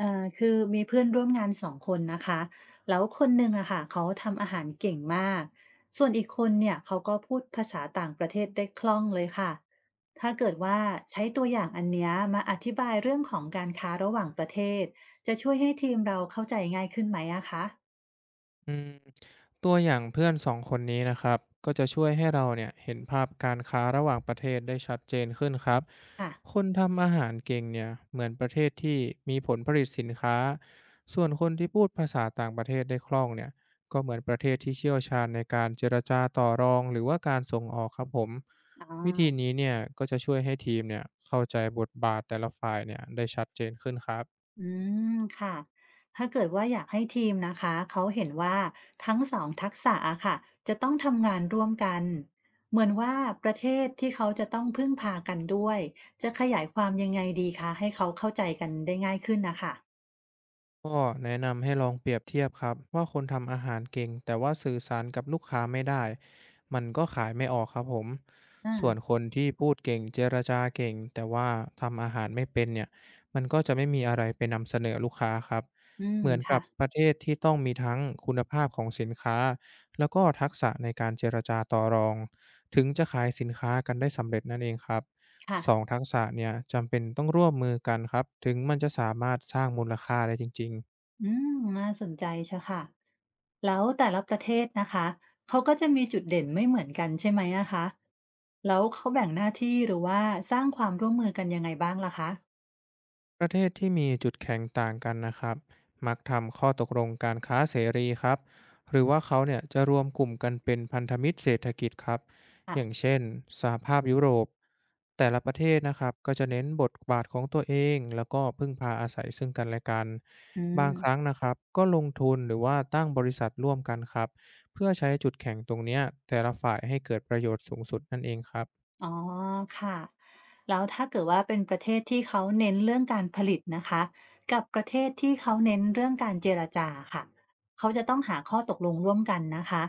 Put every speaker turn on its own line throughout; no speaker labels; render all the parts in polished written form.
คือมีเพื่อนร่วมงานสองคนนะคะ แล้วคนหนึ่งอะค่ะเขาทำอาหารเก่งมาก ส่วนอีกคนเนี่ยเขาก็พูดภาษาต่างประเทศได้คล่องเลยค่ะ ถ้าเกิดว่าใช้ตัวอย่างอันเนี้ยมาอธิบายเรื่องของการค้าระหว่างประเทศ จะช่วยให้ทีมเราเข้าใจง่ายขึ้นไหมอะคะ
อืมตัวอย่างเพื่อนสองคนนี้นะครับก็จะช่วยให้เราเนี่ยเห็นภาพการค้าระหว่างประเทศได้ชัดเจนขึ้นครับ
ค่ะ
คนทำอาหารเก่งเนี่ยเหมือนประเทศที่มีผลผลิตสินค้าส่วนคนที่พูดภาษาต่างประเทศได้คล่องเนี่ยก็เหมือนประเทศที่เชี่ยวชาญในการเจรจาต่อรองหรือว่าการส่งออกครับผม
อ๋อ
วิธีนี้เนี่ยก็จะช่วยให้ทีมเนี่ยเข้าใจบทบาทแต่ละฝ่ายเนี่ยได้ชัดเจนขึ้นครับ
อืมค่ะถ้าเกิดว่าอยากให้ทีมนะคะเขาเห็นว่าทั้งสองทักษะอะค่ะจะต้องทำงานร่วมกันเหมือนว่าประเทศที่เขาจะต้องพึ่งพากันด้วยจะขยายความยังไงดีคะให้เขาเข้าใจกันได้ง่ายขึ้นนะคะ
ก็แนะนำให้ลองเปรียบเทียบครับว่าคนทำอาหารเก่งแต่ว่าสื่อสารกับลูกค้าไม่ได้มันก็ขายไม่ออกครับผม
อา
ส่วนคนที่พูดเก่งเจรจาเก่งแต่ว่าทำอาหารไม่เป็นเนี่ยมันก็จะไม่มีอะไรไปนำเสนอลูกค้าครับ
อืม
เหมือนกั
ค่ะ
บประเทศที่ต้องมีทั้งคุณภาพของสินค้าแล้วก็ทักษะในการเจรจาต่อรองถึงจะขายสินค้ากันได้สำเร็จนั่นเองครับสอง
ค่ะ
ทักษะเนี่ยจำเป็นต้องร่วมมือกันครับถึงมันจะสามารถสร้างมูลค่าได้จริงๆ
อืมน่าสนใจเชียวค่ะแล้วแต่ละประเทศนะคะเขาก็จะมีจุดเด่นไม่เหมือนกันใช่ไหมอะคะแล้วเขาแบ่งหน้าที่หรือว่าสร้างความร่วมมือกันยังไงบ้างล่ะคะ
ประเทศที่มีจุดแข็งต่างกันนะครับมักทำข้อตกลงการค้าเสรีครับหรือว่าเขาเนี่ยจะรวมกลุ่มกันเป็นพันธมิตรเศรษฐกิจครับอย่างเช่นสหภาพยุโรปแต่ละประเทศนะครับก็จะเน้นบทบาทของตัวเองแล้วก็พึ่งพาอาศัยซึ่งกันและกัน
อื
บางค
ม
รั้งนะครับก็ลงทุนหรือว่าตั้งบริษัทร่วมกันครับเพื่อใช้จุดแข็งตรงเนี้ยแต่ละฝ่ายให้เกิดประโยชน์สูงสุดนั่นเองครับ
อ๋อค่ะแล้วถ้าเกิดว่าเป็นประเทศที่เขาเน้นเรื่องการผลิตนะคะ กับประเทศที่เขาเน้นเรื่องการเจรจาค่ะเขาจะต้องหาข้อตกลงร่วมกันนะคะ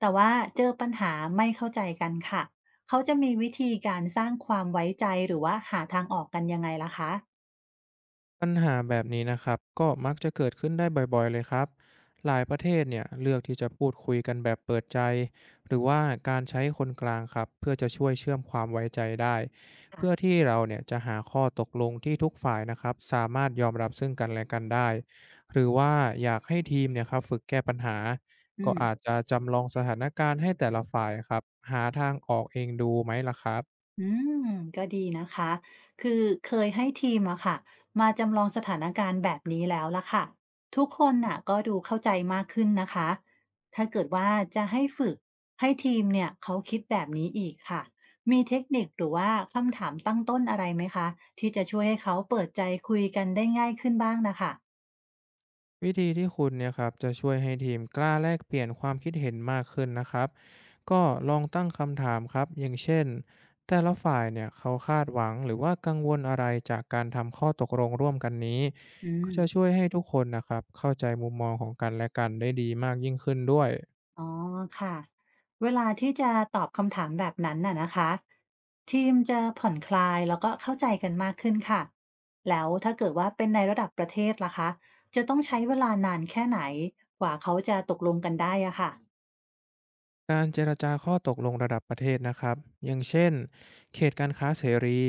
แต่ว่าเจอปัญหาไม่เข้าใจกันค่ะ เขาจะมีวิธีการสร้างความไว้ใจหรือว่าหาทางออกกันยังไงล่ะคะ
ปัญหาแบบนี้นะครับก็มักจะเกิดขึ้นได้บ่อยๆเลยครับหลายประเทศเนี่ยเลือกที่จะพูดคุยกันแบบเปิดใจหรือว่าการใช้คนกลางครับเพื่อจะช่วยเชื่อมความไว้ใจได้เพื่อที่เราเนี่ยจะหาข้อตกลงที่ทุกฝ่ายนะครับสามารถยอมรับซึ่งกันและกันได้หรือว่าอยากให้ทีมเนี่ยครับฝึกแก้ปัญหา
อื
ก็อาจ
ม
จะจำลองสถานการณ์ให้แต่ละฝ่ายครับหาทางออกเองดูไหมล่ะครับ
อืมก็ดีนะคะคือเคยให้ทีมอะค่ะมาจำลองสถานการณ์แบบนี้แล้วล่ะค่ะทุกคนน่ะก็ดูเข้าใจมากขึ้นนะคะถ้าเกิดว่าจะให้ฝึกให้ทีมเนี่ยเขาคิดแบบนี้อีกค่ะมีเทคนิคหรือว่าคำถามตั้งต้นอะไรไหมคะที่จะช่วยให้เขาเปิดใจคุยกันได้ง่ายขึ้นบ้างนะคะ
วิธีที่คุณเนี่ยครับจะช่วยให้ทีมกล้าแลกเปลี่ยนความคิดเห็นมากขึ้นนะครับก็ลองตั้งคำถามครับอย่างเช่นแต่ละฝ่ายเนี่ยเขาคาดหวังหรือว่ากังวลอะไรจากการทำข้อตกลงร่วมกันนี้
อื
ก็
ม
จะช่วยให้ทุกคนนะครับเข้าใจมุมมองของกันและกันได้ดีมากยิ่งขึ้นด้วย
อ๋อค่ะเวลาที่จะตอบคำถามแบบนั้นน่ะนะคะทีมจะผ่อนคลายแล้วก็เข้าใจกันมากขึ้นค่ะแล้วถ้าเกิดว่าเป็นในระดับประเทศล่ะคะจะต้องใช้เวลานานแค่ไหนกว่าเขาจะตกลงกันได้อะค่ะ
การเจรจาข้อตกลงระดับประเทศนะครับอย่างเช่น เขตการค้าเสรี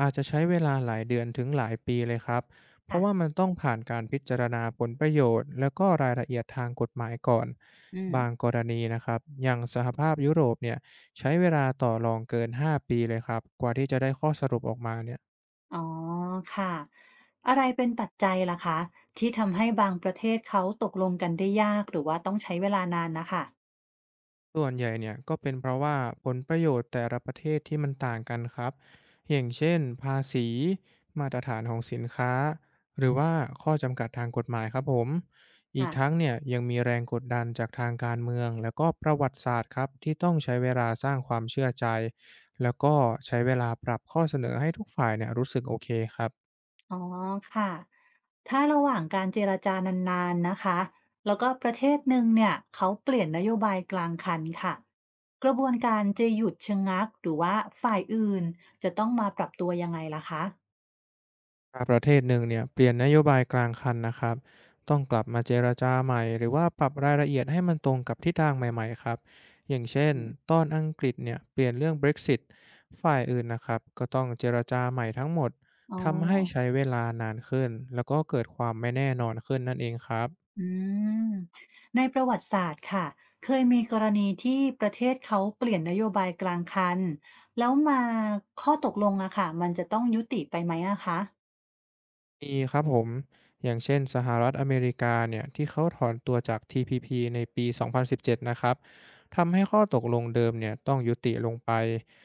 อาจจะใช้เวลาหลายเดือนถึงหลายปีเลยครับเพราะ
ค่ะ
ว่ามันต้องผ่านการพิจารณาผลประโยชน์ แล้วก็รายละเอียดทางกฎหมายก่อน
อืม
บางกรณีนะครับอย่างสหภาพยุโรปเนี่ยใช้เวลาต่อรองเกินห้าปีเลยครับกว่าที่จะได้ข้อสรุปออกมาเนี่ย
อ๋อค่ะอะไรเป็นปัจจัยล่ะคะที่ทำให้บางประเทศเขาตกลงกันได้ยากหรือว่าต้องใช้เวลานานนะคะ
ส่วนใหญ่เนี่ยก็เป็นเพราะว่าผลประโยชน์แต่ละประเทศที่มันต่างกันครับอย่างเช่นภาษีมาตรฐานของสินค้าหรือว่าข้อจำกัดทางกฎหมายครับผมอีกทั้ง
่ะ
เนี่ยยังมีแรงกดดันจากทางการเมืองแล้วก็ประวัติศาสตร์ครับที่ต้องใช้เวลาสร้างความเชื่อใจแล้วก็ใช้เวลาปรับข้อเสนอให้ทุกฝ่ายเนี่ยรู้สึกโอเคครับ
อ๋อค่ะ ถ้าระหว่างการเจรจานานๆนะคะ แล้วก็ประเทศหนึ่งเนี่ยเขาเปลี่ยนนโยบายกลางคันค่ะกระบวนการจะหยุดชะงักหรือว่าฝ่ายอื่นจะต้องมาปรับตัวยังไงล่ะคะ
ถ้าประเทศหนึ่งเนี่ยเปลี่ยนนโยบายกลางคันนะครับต้องกลับมาเจรจาใหม่หรือว่าปรับรายละเอียดให้มันตรงกับทิศทางใหม่ๆครับอย่างเช่น
อื
ต
ม
อนอังกฤษเนี่ยเปลี่ยนเรื่อง Brexit ฝ่ายอื่นนะครับก็ต้องเจรจาใหม่ทั้งหมด
อ๋อ
ทำให้ใช้เวลานานขึ้นแล้วก็เกิดความไม่แน่นอนขึ้นนั่นเองครับ
อืมในประวัติศาสตร์ค่ะเคยมีกรณีที่ประเทศเขาเปลี่ยนนโยบายกลางคันแล้วมาข้อตกลงอะค่ะมันจะต้องยุติไปไหมอะคะ
มีครับผมอย่างเช่นสหรัฐอเมริกาเนี่ยที่เขาถอนตัวจาก TPP ในปี2017นสิบเจ็ดนะครับทำให้ข้อตกลงเดิมเนี่ยต้องยุติลงไป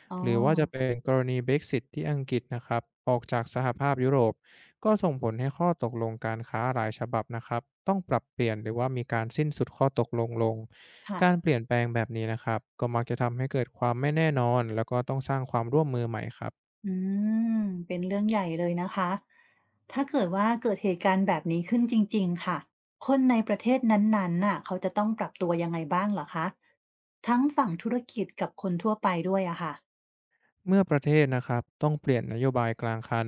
อ๋อ
หรือว่าจะเป็นกรณี Brexit ที่อังกฤษนะครับออกจากสหภาพยุโรปก็ส่งผลให้ข้อตกลงการค้าหลายฉบับนะครับต้องปรับเปลี่ยนหรือว่ามีการสิ้นสุดข้อตกลงลงการ
ค่ะ
เปลี่ยนแปลงแบบนี้นะครับก็มักจะทำให้เกิดความไม่แน่นอนแล้วก็ต้องสร้างความร่วมมือใหม่ครับ
อืมเป็นเรื่องใหญ่เลยนะคะถ้าเกิดว่าเกิดเหตุการณ์แบบนี้ขึ้นจริงๆค่ะคนในประเทศนั้นๆน่ะเขาจะต้องปรับตัวยังไงบ้างเหรอคะทั้งฝั่งธุรกิจกับคนทั่วไปด้วยอะค่ะ
เมื่อประเทศนะครับต้องเปลี่ยนนโยบายกลางคัน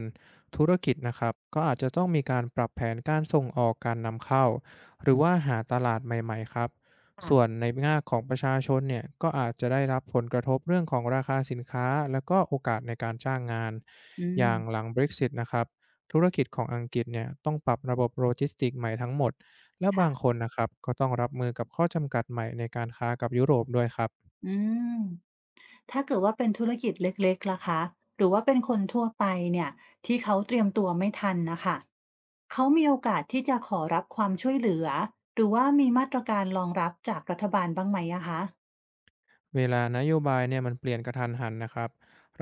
ธุรกิจนะครับก็อาจจะต้องมีการปรับแผนการส่งออกการนำเข้าหรือว่าหาตลาดใหม่ๆครับส่วน
ค่ะ
ในแง่ของประชาชนเนี่ยก็อาจจะได้รับผลกระทบเรื่องของราคาสินค้าและก็โอกาสในการจ้างงาน
อื
อ
ม
ย่างหลัง Brexit นะครับธุรกิจของอังกฤษเนี่ยต้องปรับระบบโลจิสติกใหม่ทั้งหมดและบางค
ค่ะ
นนะครับก็ต้องรับมือกับข้อจำกัดใหม่ในการค้ากับยุโรปด้วยครับ
อืมถ้าเกิดว่าเป็นธุรกิจเล็กๆล่ะคะหรือว่าเป็นคนทั่วไปเนี่ยที่เขาเตรียมตัวไม่ทันนะคะเขามีโอกาสที่จะขอรับความช่วยเหลือหรือว่ามีมาตรการรองรับจากรัฐบาลบ้างไหมอะคะ
เวลานโยบายเนี่ยมันเปลี่ยนกระทันหันนะครับ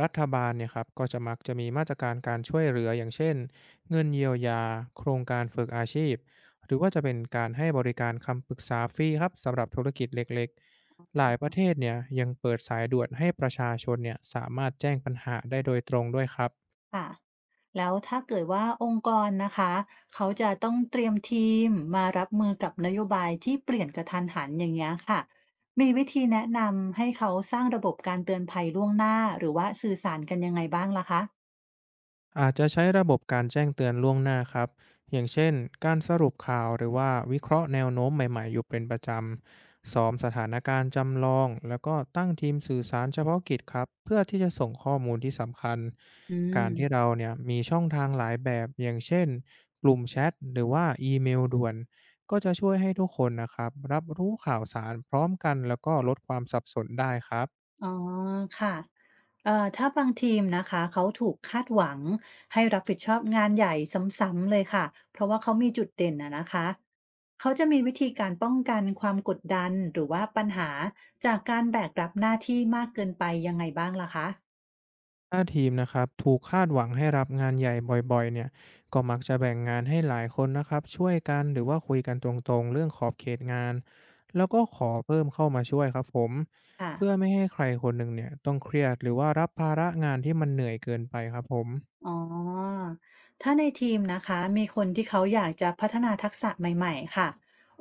รัฐบาลเนี่ยครับก็จะมักจะมีมาตรการการช่วยเหลืออย่างเช่นเงินเยียวยาโครงการฝึกอาชีพหรือว่าจะเป็นการให้บริการคำปรึกษาฟรีครับสำหรับธุรกิจเล็กๆหลายประเทศเนี่ยยังเปิดสายด่วนให้ประชาชนเนี่ยสามารถแจ้งปัญหาได้โดยตรงด้วยครับ
ค่ะแล้วถ้าเกิดว่าองค์กรนะคะเขาจะต้องเตรียมทีมมารับมือกับนโยบายที่เปลี่ยนกระทันหันอย่างเงี้ยค่ะมีวิธีแนะนำให้เขาสร้างระบบการเตือนภัยล่วงหน้าหรือว่าสื่อสารกันยังไงบ้างล่ะคะ
อาจจะใช้ระบบการแจ้งเตือนล่วงหน้าครับอย่างเช่นการสรุปข่าวหรือว่าวิเคราะห์แนวโน้มใหม่ๆอยู่เป็นประจำซ้อมสถานการณ์จำลองแล้วก็ตั้งทีมสื่อสารเฉพาะกิจครับเพื่อที่จะส่งข้อมูลที่สำคัญ
อื
การที่
ม
เราเนี่ยมีช่องทางหลายแบบอย่างเช่นกลุ่มแชทหรือว่าอีเมลด่วนก็จะช่วยให้ทุกคนนะครับรับรู้ข่าวสารพร้อมกันแล้วก็ลดความสับสนได้ครับ
อ๋อค่ะถ้าบางทีมนะคะเขาถูกคาดหวังให้รับผิดชอบงานใหญ่ซ้ำๆเลยค่ะ เพราะว่าเขามีจุดเด่นอะนะคะ เขาจะมีวิธีการป้องกันความกดดันหรือว่าปัญหาจากการแบกรับหน้าที่มากเกินไปยังไงบ้างล่ะคะ
ถ้าทีมนะครับถูกคาดหวังให้รับงานใหญ่บ่อยๆเนี่ยก็มักจะแบ่งงานให้หลายคนนะครับช่วยกันหรือว่าคุยกันตรงๆเรื่องขอบเขตงานแล้วก็ขอเพิ่มเข้ามาช่วยครับผม
ค่ะ
เพื่อไม่ให้ใครคนหนึ่งเนี่ยต้องเครียดหรือว่ารับภาระงานที่มันเหนื่อยเกินไปครับผม
อ๋อ ถ้าในทีมนะคะมีคนที่เขาอยากจะพัฒนาทักษะใหม่ๆค่ะ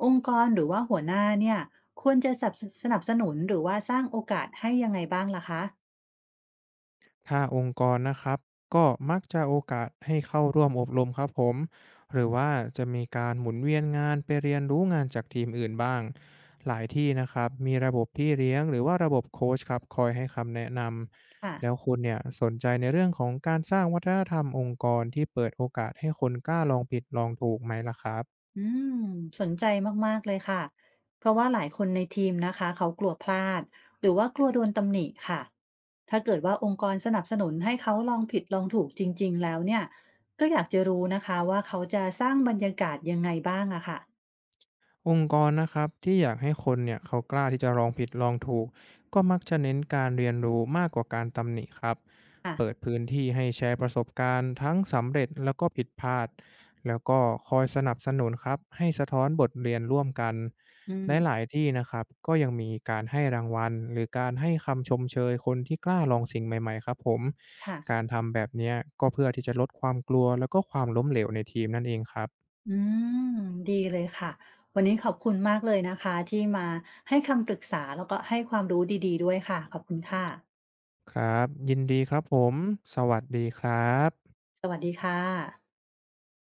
องค์กรหรือว่าหัวหน้าเนี่ยควรจะสนับสนุนหรือว่าสร้างโอกาสให้ยังไงบ้างล่ะคะ
ถ้าองค์กรนะครับก็มักจะโอกาสให้เข้าร่วมอบรมครับผมหรือว่าจะมีการหมุนเวียนงานไปเรียนรู้งานจากทีมอื่นบ้างหลายที่นะครับมีระบบพี่เลี้ยงหรือว่าระบบโค้ชครับคอยให้คำแนะน
ค่ะ
ำแล้วคุณเนี่ยสนใจในเรื่องของการสร้างวัฒนธรรมองค์กรที่เปิดโอกาสให้คนกล้าลองผิดลองถูกไหมล่ะครับ
อืมสนใจมากๆเลยค่ะเพราะว่าหลายคนในทีมนะคะเขากลัวพลาดหรือว่ากลัวโดนตำหนิค่ะถ้าเกิดว่าองค์กรสนับสนุนให้เขาลองผิดลองถูกจริงๆแล้วเนี่ยก็อยากจะรู้นะคะว่าเขาจะสร้างบรรยากาศยังไงบ้างอะค่ะ
องค์กรนะครับที่อยากให้คนเนี่ยเขากล้าที่จะลองผิดลองถูกก็มักจะเน้นการเรียนรู้มากกว่าการตำหนิครับ
ค่ะ
เปิดพื้นที่ให้แชร์ประสบการณ์ทั้งสำเร็จแล้วก็ผิดพลาดแล้วก็คอยสนับสนุนครับให้สะท้อนบทเรียนร่วมกัน
อืม
และหลายที่นะครับก็ยังมีการให้รางวัลหรือการให้คำชมเชยคนที่กล้าลองสิ่งใหม่ๆครับผม
ค่ะ
การทำแบบเนี้ยก็เพื่อที่จะลดความกลัวแล้วก็ความล้มเหลวในทีมนั่นเองครับ
อืมดีเลยค่ะวันนี้ขอบคุณมากเลยนะคะที่มาให้คำปรึกษาแล้วก็ให้ความรู้ดีๆด้วยค่ะขอบคุณค่ะ
ครับ ยินดีครับผม สวัสดีครับ
สวัสดีค่ะ